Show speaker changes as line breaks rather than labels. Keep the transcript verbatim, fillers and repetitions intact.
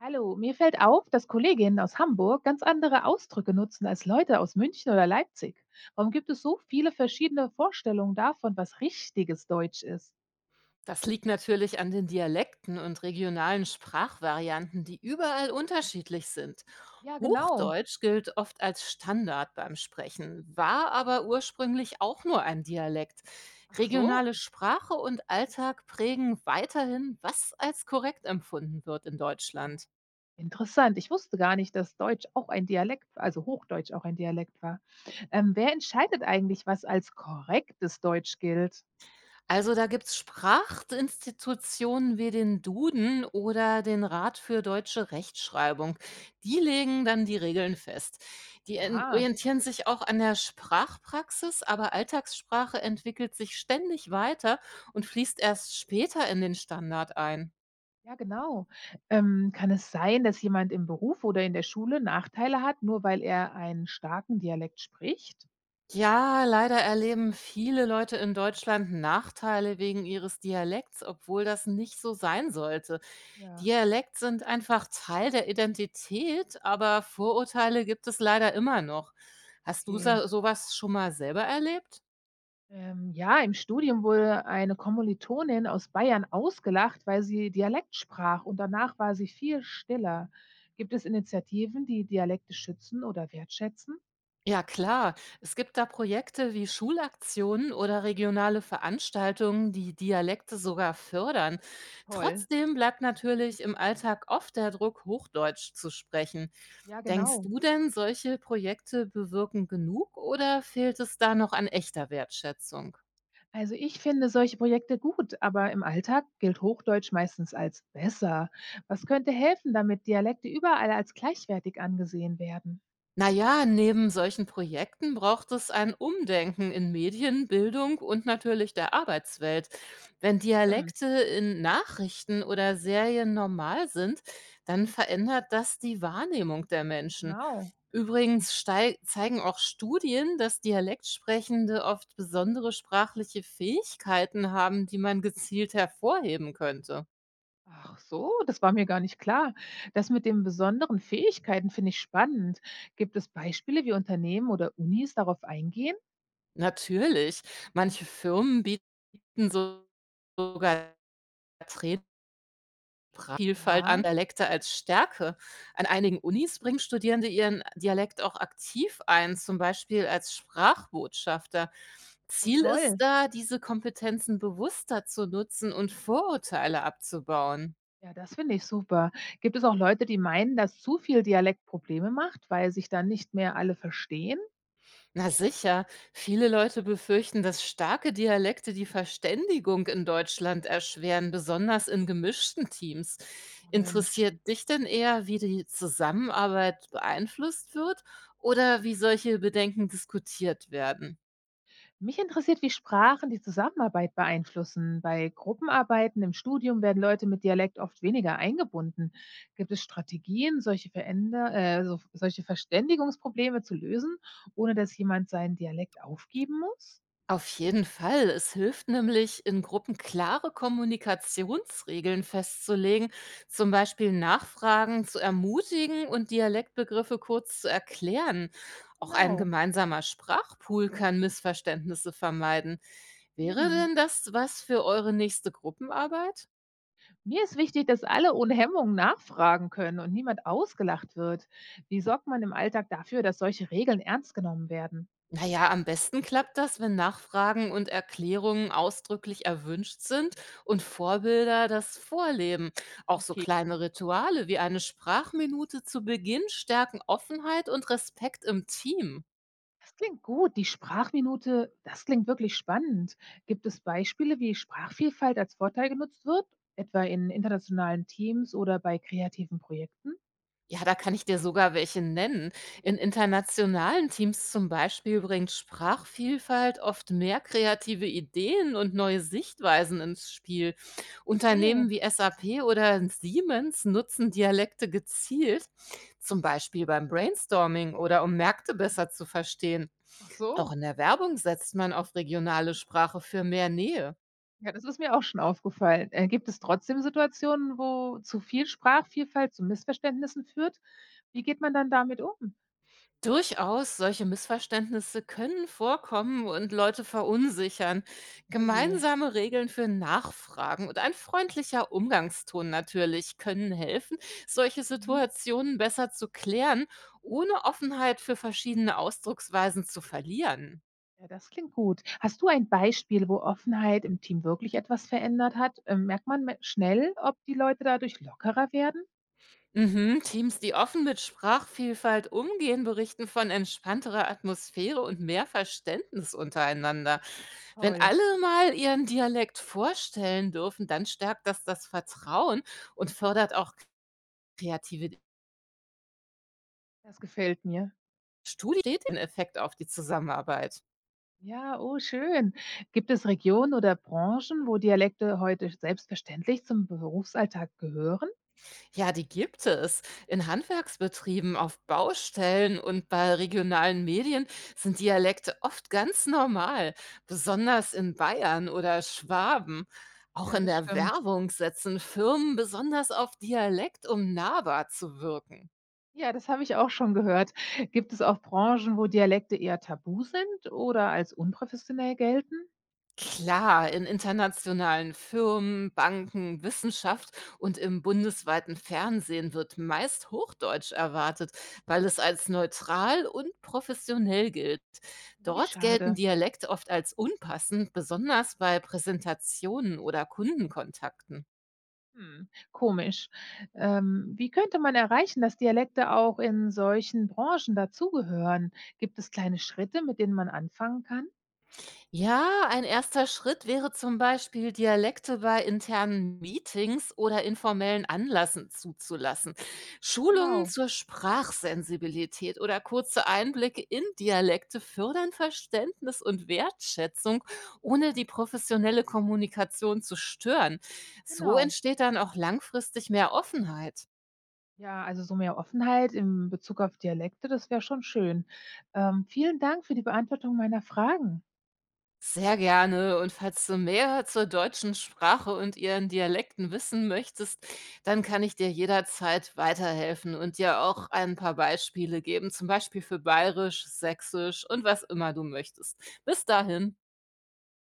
Hallo, mir fällt auf, dass Kolleginnen aus Hamburg ganz andere Ausdrücke nutzen als Leute aus München oder Leipzig. Warum gibt es so viele verschiedene Vorstellungen davon, was richtiges Deutsch ist?
Das liegt natürlich an den Dialekten und regionalen Sprachvarianten, die überall unterschiedlich sind.
Ja, genau.
Hochdeutsch gilt oft als Standard beim Sprechen, war aber ursprünglich auch nur ein Dialekt.
Ach so.
Regionale Sprache und Alltag prägen weiterhin, was als korrekt empfunden wird in Deutschland.
Interessant. Ich wusste gar nicht, dass Deutsch auch ein Dialekt, also Hochdeutsch auch ein Dialekt war. Ähm, wer entscheidet eigentlich, was als korrektes Deutsch gilt?
Also, da gibt's Sprachinstitutionen wie den Duden oder den Rat für deutsche Rechtschreibung. Die legen dann die Regeln fest. Die en-
Aha.
orientieren sich auch an der Sprachpraxis, aber Alltagssprache entwickelt sich ständig weiter und fließt erst später in den Standard ein.
Ja, genau. Ähm, kann es sein, dass jemand im Beruf oder in der Schule Nachteile hat, nur weil er einen starken Dialekt spricht?
Ja, leider erleben viele Leute in Deutschland Nachteile wegen ihres Dialekts, obwohl das nicht so sein sollte.
Ja,
Dialekt sind einfach Teil der Identität, aber Vorurteile gibt es leider immer noch.
ach
Hast du
je.
so sowas schon mal selber erlebt?
Ähm, ja, im Studium wurde eine Kommilitonin aus Bayern ausgelacht, weil sie Dialekt sprach und danach war sie viel stiller. Gibt es Initiativen, die Dialekte schützen oder wertschätzen?
Ja, klar. Es gibt da Projekte wie Schulaktionen oder regionale Veranstaltungen, die Dialekte sogar fördern.
Toll.
Trotzdem bleibt natürlich im Alltag oft der Druck, Hochdeutsch zu sprechen.
Ja,
Denkst
genau.
du denn, solche Projekte bewirken genug oder fehlt es da noch an echter Wertschätzung?
Also ich finde solche Projekte gut, aber im Alltag gilt Hochdeutsch meistens als besser. Was könnte helfen, damit Dialekte überall als gleichwertig angesehen werden?
Na ja, neben solchen Projekten braucht es ein Umdenken in Medien, Bildung und natürlich der Arbeitswelt. Wenn
Stimmt,
Dialekte in Nachrichten oder Serien normal sind, dann verändert das die Wahrnehmung der Menschen.
genau.
Übrigens stei- zeigen auch Studien, dass Dialektsprechende oft besondere sprachliche Fähigkeiten haben, die man gezielt hervorheben könnte.
Ach so, das war mir gar nicht klar. Das mit den besonderen Fähigkeiten finde ich spannend. Gibt es Beispiele, wie Unternehmen oder Unis darauf eingehen?
Natürlich, manche Firmen bieten so- sogar Vielfalt
Aha,
an Dialekte als Stärke. An einigen Unis bringen Studierende ihren Dialekt auch aktiv ein, zum Beispiel als Sprachbotschafter.
oh
Ziel
toll.
ist da, diese Kompetenzen bewusster zu nutzen und Vorurteile abzubauen.
Ja, das finde ich super. Gibt es auch Leute, die meinen, dass zu viel Dialekt Probleme macht, weil sich dann nicht mehr alle verstehen?
Na sicher, viele Leute befürchten, dass starke Dialekte die Verständigung in Deutschland erschweren, besonders in gemischten Teams.
Oh Mensch.
Interessiert dich denn eher, wie die Zusammenarbeit beeinflusst wird oder wie solche Bedenken diskutiert werden?
Mich interessiert, wie Sprachen die Zusammenarbeit beeinflussen. Bei Gruppenarbeiten im Studium werden Leute mit Dialekt oft weniger eingebunden. Gibt es Strategien, solche, Veränder äh, so, solche Verständigungsprobleme zu lösen, ohne dass jemand seinen Dialekt aufgeben muss?
Auf jeden Fall. Es hilft nämlich, in Gruppen klare Kommunikationsregeln festzulegen, zum Beispiel Nachfragen zu ermutigen und Dialektbegriffe kurz zu erklären. Auch ein
Genau,
gemeinsamer Sprachpool kann Missverständnisse vermeiden. Wäre
eben.
denn das was für eure nächste Gruppenarbeit?
Mir ist wichtig, dass alle ohne Hemmung nachfragen können und niemand ausgelacht wird. Wie sorgt man im Alltag dafür, dass solche Regeln ernst genommen werden?
Na ja, am besten klappt das, wenn Nachfragen und Erklärungen ausdrücklich erwünscht sind und Vorbilder das vorleben. Auch so
Okay.
kleine Rituale wie eine Sprachminute zu Beginn stärken Offenheit und Respekt im Team.
Das klingt gut, die Sprachminute, das klingt wirklich spannend. Gibt es Beispiele, wie Sprachvielfalt als Vorteil genutzt wird, etwa in internationalen Teams oder bei kreativen Projekten?
Ja, da kann ich dir sogar welche nennen. In internationalen Teams zum Beispiel bringt Sprachvielfalt oft mehr kreative Ideen und neue Sichtweisen ins Spiel. Unternehmen
Sehe.
wie S A P oder Siemens nutzen Dialekte gezielt, zum Beispiel beim Brainstorming oder um Märkte besser zu verstehen.
Ach
Auch
so.
in der Werbung setzt man auf regionale Sprache für mehr Nähe.
Ja, das ist mir auch schon aufgefallen. Äh, gibt es trotzdem Situationen, wo zu viel Sprachvielfalt zu Missverständnissen führt? Wie geht man dann damit um?
Durchaus, solche Missverständnisse können vorkommen und Leute verunsichern.
Oh je.
Gemeinsame Regeln für Nachfragen und ein freundlicher Umgangston natürlich können helfen, solche
Mhm.
Situationen besser zu klären, ohne Offenheit für verschiedene Ausdrucksweisen zu verlieren.
Ja, das klingt gut. Hast du ein Beispiel, wo Offenheit im Team wirklich etwas verändert hat? Ähm, merkt man me- schnell, ob die Leute dadurch lockerer werden?
Mhm. Teams, die offen mit Sprachvielfalt umgehen, berichten von entspannterer Atmosphäre und mehr Verständnis untereinander. Wenn
Toll.
alle mal ihren Dialekt vorstellen dürfen, dann stärkt das das Vertrauen und fördert auch kreative
Das gefällt mir.
Studien, Steht den Effekt auf die Zusammenarbeit.
Ja, oh schön. Gibt es Regionen oder Branchen, wo Dialekte heute selbstverständlich zum Berufsalltag gehören?
Ja, die gibt es. In Handwerksbetrieben, auf Baustellen und bei regionalen Medien sind Dialekte oft ganz normal, besonders in Bayern oder Schwaben. Auch
Ja,
in
das
der
stimmt.
Werbung setzen Firmen besonders auf Dialekt, um nahbar zu wirken.
Ja, das habe ich auch schon gehört. Gibt es auch Branchen, wo Dialekte eher tabu sind oder als unprofessionell gelten?
Klar, in internationalen Firmen, Banken, Wissenschaft und im bundesweiten Fernsehen wird meist Hochdeutsch erwartet, weil es als neutral und professionell gilt.
Oh, wie
Dort gelten
schade.
Dialekte oft als unpassend, besonders bei Präsentationen oder Kundenkontakten.
Hm, komisch. Ähm, wie könnte man erreichen, dass Dialekte auch in solchen Branchen dazugehören? Gibt es kleine Schritte, mit denen man anfangen kann?
Ja, ein erster Schritt wäre zum Beispiel, Dialekte bei internen Meetings oder informellen Anlässen zuzulassen. Schulungen
Genau,
zur Sprachsensibilität oder kurze Einblicke in Dialekte fördern Verständnis und Wertschätzung, ohne die professionelle Kommunikation zu stören. So
genau.
entsteht dann auch langfristig mehr Offenheit.
Ja, also so mehr Offenheit im Bezug auf Dialekte, das wäre schon schön. Ähm, vielen Dank für die Beantwortung meiner Fragen.
Sehr gerne. Und falls du mehr zur deutschen Sprache und ihren Dialekten wissen möchtest, dann kann ich dir jederzeit weiterhelfen und dir auch ein paar Beispiele geben, zum Beispiel für Bayerisch, Sächsisch und was immer du möchtest. Bis dahin.